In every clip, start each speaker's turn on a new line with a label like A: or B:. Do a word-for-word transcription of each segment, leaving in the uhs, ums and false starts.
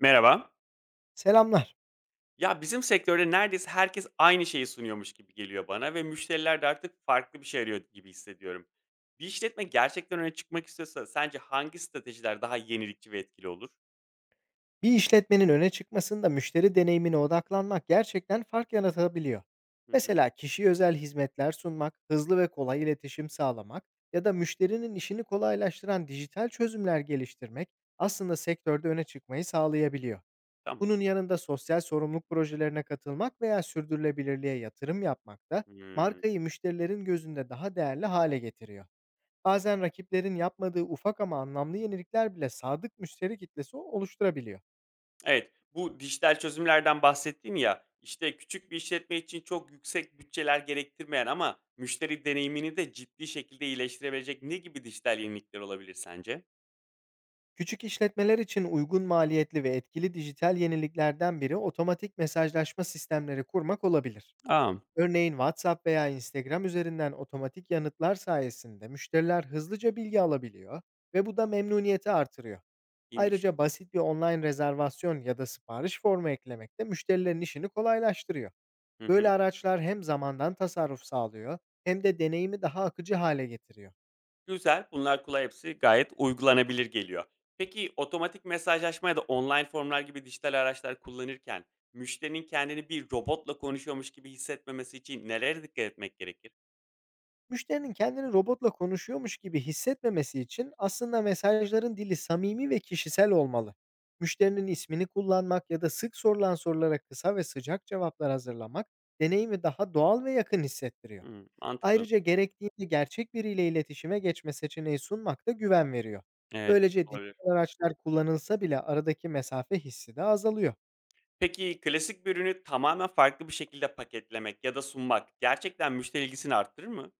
A: Merhaba.
B: Selamlar.
A: Ya bizim sektörde neredeyse herkes aynı şeyi sunuyormuş gibi geliyor bana ve müşteriler de artık farklı bir şey arıyor gibi hissediyorum. Bir işletme gerçekten öne çıkmak istiyorsa sence hangi stratejiler daha yenilikçi ve etkili olur?
B: Bir işletmenin öne çıkmasında müşteri deneyimine odaklanmak gerçekten fark yaratabiliyor.
A: Hı hı.
B: Mesela kişiye özel hizmetler sunmak, hızlı ve kolay iletişim sağlamak ya da müşterinin işini kolaylaştıran dijital çözümler geliştirmek aslında sektörde öne çıkmayı sağlayabiliyor.
A: Tamam.
B: Bunun yanında sosyal sorumluluk projelerine katılmak veya sürdürülebilirliğe yatırım yapmak da
A: Hmm.
B: markayı müşterilerin gözünde daha değerli hale getiriyor. Bazen rakiplerin yapmadığı ufak ama anlamlı yenilikler bile sadık müşteri kitlesi oluşturabiliyor.
A: Evet, bu dijital çözümlerden bahsettin ya. İşte küçük bir işletme için çok yüksek bütçeler gerektirmeyen ama müşteri deneyimini de ciddi şekilde iyileştirebilecek ne gibi dijital yenilikler olabilir sence?
B: Küçük işletmeler için uygun maliyetli ve etkili dijital yeniliklerden biri otomatik mesajlaşma sistemleri kurmak olabilir.
A: Aa,
B: Örneğin WhatsApp veya Instagram üzerinden otomatik yanıtlar sayesinde müşteriler hızlıca bilgi alabiliyor ve bu da memnuniyeti artırıyor.
A: iyiymiş.
B: Ayrıca basit bir online rezervasyon ya da sipariş formu eklemek de müşterilerin işini kolaylaştırıyor.
A: Hı
B: Böyle
A: hı.
B: araçlar hem zamandan tasarruf sağlıyor hem de deneyimi daha akıcı hale getiriyor.
A: Güzel. Bunlar kulağa hepsi gayet uygulanabilir geliyor. Peki otomatik mesajlaşma ya da online formlar gibi dijital araçlar kullanırken müşterinin kendini bir robotla konuşuyormuş gibi hissetmemesi için nelere dikkat etmek gerekir?
B: Müşterinin kendini robotla konuşuyormuş gibi hissetmemesi için aslında mesajların dili samimi ve kişisel olmalı. Müşterinin ismini kullanmak ya da sık sorulan sorulara kısa ve sıcak cevaplar hazırlamak deneyimi daha doğal ve yakın hissettiriyor.
A: Hımm, mantıklı.
B: Ayrıca gerektiğinde gerçek biriyle iletişime geçme seçeneği sunmak da güven veriyor.
A: Evet,
B: Böylece
A: olabilir.
B: dijital araçlar kullanılsa bile aradaki mesafe hissi de azalıyor.
A: Peki klasik bir ürünü tamamen farklı bir şekilde paketlemek ya da sunmak gerçekten müşteri ilgisini arttırır mı?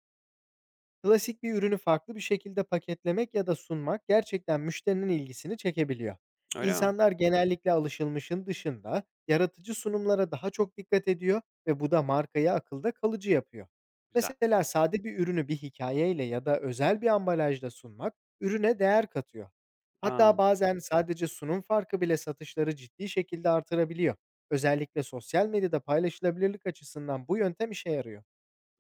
B: Klasik bir ürünü farklı bir şekilde paketlemek ya da sunmak gerçekten müşterinin ilgisini çekebiliyor.
A: Öyle mi?
B: İnsanlar genellikle alışılmışın dışında yaratıcı sunumlara daha çok dikkat ediyor ve bu da markayı akılda kalıcı yapıyor.
A: Güzel.
B: Mesela sade bir ürünü bir hikayeyle ya da özel bir ambalajla sunmak ürüne değer katıyor.
A: A!
B: Hatta bazen sadece sunum farkı bile satışları ciddi şekilde artırabiliyor. Özellikle sosyal medyada paylaşılabilirlik açısından bu yöntem işe yarıyor.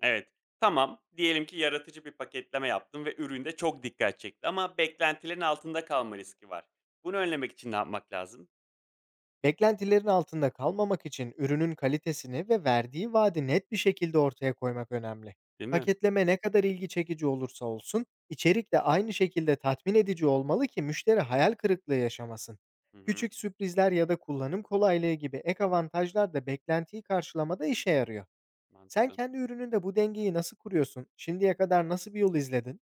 A: Evet. Tamam, diyelim ki yaratıcı bir paketleme yaptın ve üründe çok dikkat çekti ama beklentilerin altında kalma riski var. Bunu önlemek için ne yapmak lazım?
B: Beklentilerin altında kalmamak için ürünün kalitesini ve verdiği vaadi net bir şekilde ortaya koymak önemli.
A: Değil mi?
B: Paketleme ne kadar ilgi çekici olursa olsun, içerik de aynı şekilde tatmin edici olmalı ki müşteri hayal kırıklığı yaşamasın.
A: Hı hı.
B: Küçük sürprizler ya da kullanım kolaylığı gibi ek avantajlar da beklentiyi karşılamada işe yarıyor. Sen
A: Mantıklı.
B: kendi ürününde bu dengeyi nasıl kuruyorsun? Şimdiye kadar nasıl bir yol izledin?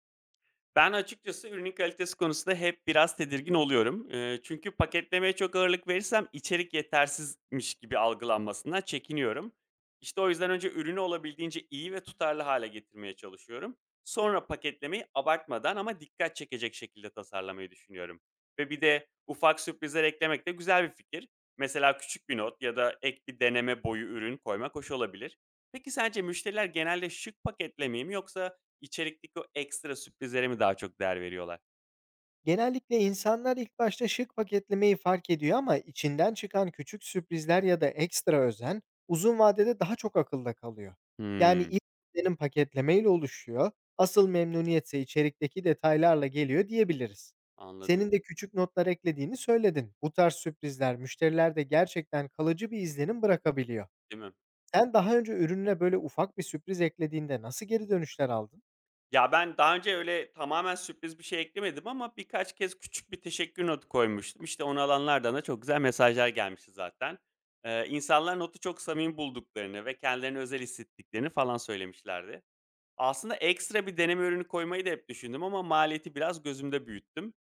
A: Ben açıkçası ürünün kalitesi konusunda hep biraz tedirgin oluyorum. Eee, çünkü paketlemeye çok ağırlık verirsem içerik yetersizmiş gibi algılanmasından çekiniyorum. İşte o yüzden önce ürünü olabildiğince iyi ve tutarlı hale getirmeye çalışıyorum. Sonra paketlemeyi abartmadan ama dikkat çekecek şekilde tasarlamayı düşünüyorum. Ve bir de ufak sürprizler eklemek de güzel bir fikir. Mesela küçük bir not ya da ek bir deneme boyu ürün koymak hoş olabilir. Peki sence müşteriler genelde şık paketlemeyi mi yoksa İçerikteki o ekstra sürprizlere mi daha çok değer veriyorlar?
B: Genellikle insanlar ilk başta şık paketlemeyi fark ediyor, ama içinden çıkan küçük sürprizler ya da ekstra özen uzun vadede daha çok akılda kalıyor. Yani
A: Hımm.
B: ilk izlenim paketlemeyle oluşuyor, asıl memnuniyetse içerikteki detaylarla geliyor diyebiliriz. Senin
A: Anladım,
B: de küçük notlar eklediğini söyledin. Bu tarz sürprizler müşterilerde gerçekten kalıcı bir izlenim bırakabiliyor.
A: değil mi?
B: Sen daha önce ürününe böyle ufak bir sürpriz eklediğinde nasıl geri dönüşler aldın?
A: Ya, ben daha önce öyle tamamen sürpriz bir şey eklemedim ama birkaç kez küçük bir teşekkür notu koymuştum. İşte, onu alanlardan da çok güzel mesajlar gelmişti zaten. Eee, insanlar notu çok samimi bulduklarını ve kendilerini özel hissettiklerini falan söylemişlerdi. Aslında ekstra bir deneme ürünü koymayı da hep düşündüm ama maliyeti biraz gözümde büyüttüm.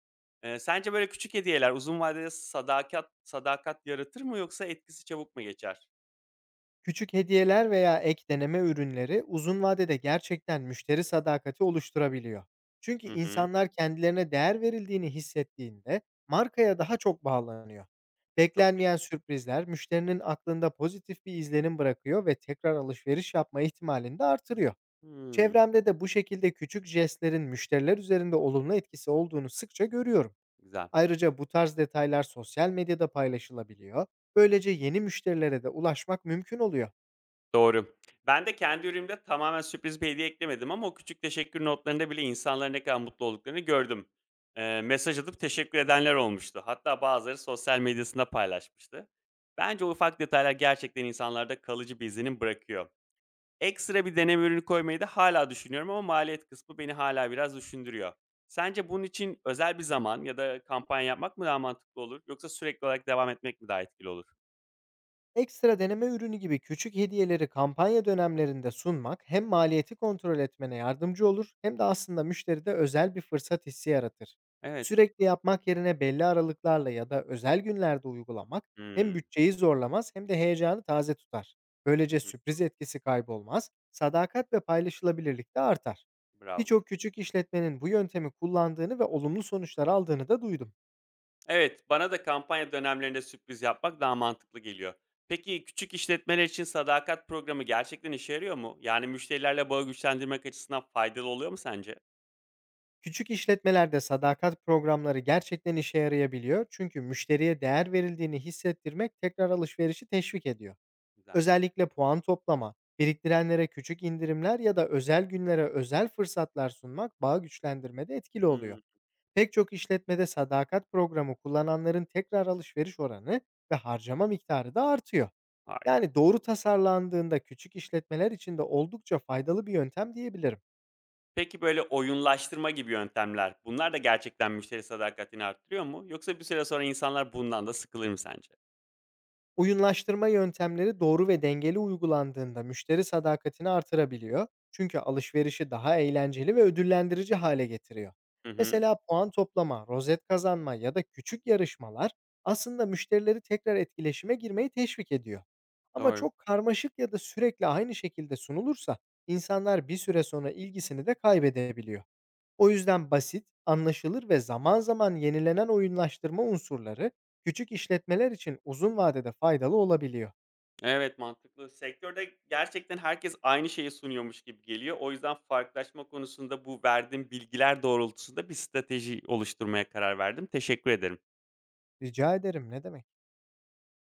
A: Eee, sence böyle küçük hediyeler uzun vadede sadakat sadakat yaratır mı yoksa etkisi çabuk mu geçer?
B: Küçük hediyeler veya ek deneme ürünleri uzun vadede gerçekten müşteri sadakati oluşturabiliyor. Çünkü
A: Hı hı.
B: insanlar kendilerine değer verildiğini hissettiğinde markaya daha çok bağlanıyor.
A: Çok iyi.
B: Beklenmeyen sürprizler müşterinin aklında pozitif bir izlenim bırakıyor ve tekrar alışveriş yapma ihtimalini de artırıyor.
A: Hımm,
B: Çevremde de bu şekilde küçük jestlerin müşteriler üzerinde olumlu etkisi olduğunu sıkça görüyorum.
A: güzel.
B: Ayrıca bu tarz detaylar sosyal medyada paylaşılabiliyor. Böylece yeni müşterilere de ulaşmak mümkün oluyor.
A: Doğru. Ben de kendi ürünümde tamamen sürpriz bir hediye eklemedim ama o küçük teşekkür notlarında bile insanların ne kadar mutlu olduklarını gördüm. Eee, mesaj atıp teşekkür edenler olmuştu. Hatta bazıları sosyal medyasında paylaşmıştı. Bence o ufak detaylar gerçekten insanlarda kalıcı bir izlenim bırakıyor. Ekstra bir deneme ürünü koymayı da hala düşünüyorum ama maliyet kısmı beni hala biraz düşündürüyor. Sence bunun için özel bir zaman ya da kampanya yapmak mı daha mantıklı olur yoksa sürekli olarak devam etmek mi daha etkili olur?
B: Ekstra deneme ürünü gibi küçük hediyeleri kampanya dönemlerinde sunmak hem maliyeti kontrol etmene yardımcı olur, hem de aslında müşteride özel bir fırsat hissi yaratır.
A: Evet.
B: Sürekli yapmak yerine belli aralıklarla ya da özel günlerde uygulamak hem
A: Hımm.
B: bütçeyi zorlamaz, hem de heyecanı taze tutar.
A: Hı
B: Böylece
A: hı.
B: sürpriz etkisi kaybolmaz, sadakat ve paylaşılabilirlik de artar.
A: Bravo.
B: Birçok küçük işletmenin bu yöntemi kullandığını ve olumlu sonuçlar aldığını da duydum.
A: Evet, bana da kampanya dönemlerinde sürpriz yapmak daha mantıklı geliyor. Peki küçük işletmeler için sadakat programı gerçekten işe yarıyor mu? Yani müşterilerle bağı güçlendirmek açısından faydalı oluyor mu sence?
B: Küçük işletmelerde sadakat programları gerçekten işe yarayabiliyor, çünkü müşteriye değer verildiğini hissettirmek tekrar alışverişi teşvik ediyor.
A: Güzel.
B: Özellikle puan toplama, biriktirenlere küçük indirimler ya da özel günlere özel fırsatlar sunmak bağı güçlendirmede etkili
A: Hmm,
B: oluyor. Pek çok işletmede sadakat programı kullananların tekrar alışveriş oranı ve harcama miktarı da artıyor.
A: harika.
B: Yani doğru tasarlandığında küçük işletmeler için de oldukça faydalı bir yöntem diyebilirim.
A: Peki böyle oyunlaştırma gibi yöntemler, bunlar da gerçekten müşteri sadakatini arttırıyor mu? Yoksa bir süre sonra insanlar bundan da sıkılır mı sence?
B: Oyunlaştırma yöntemleri doğru ve dengeli uygulandığında müşteri sadakatini artırabiliyor. Çünkü alışverişi daha eğlenceli ve ödüllendirici hale getiriyor.
A: Hı hı,
B: Mesela puan toplama, rozet kazanma ya da küçük yarışmalar aslında müşterileri tekrar etkileşime girmeyi teşvik ediyor. Ama
A: doğru.
B: çok karmaşık ya da sürekli aynı şekilde sunulursa insanlar bir süre sonra ilgisini de kaybedebiliyor. O yüzden basit, anlaşılır ve zaman zaman yenilenen oyunlaştırma unsurları küçük işletmeler için uzun vadede faydalı olabiliyor.
A: Evet, mantıklı. Sektörde gerçekten herkes aynı şeyi sunuyormuş gibi geliyor. O yüzden farklılaşma konusunda bu verdiğim bilgiler doğrultusunda bir strateji oluşturmaya karar verdim. Teşekkür ederim.
B: Rica ederim, ne demek.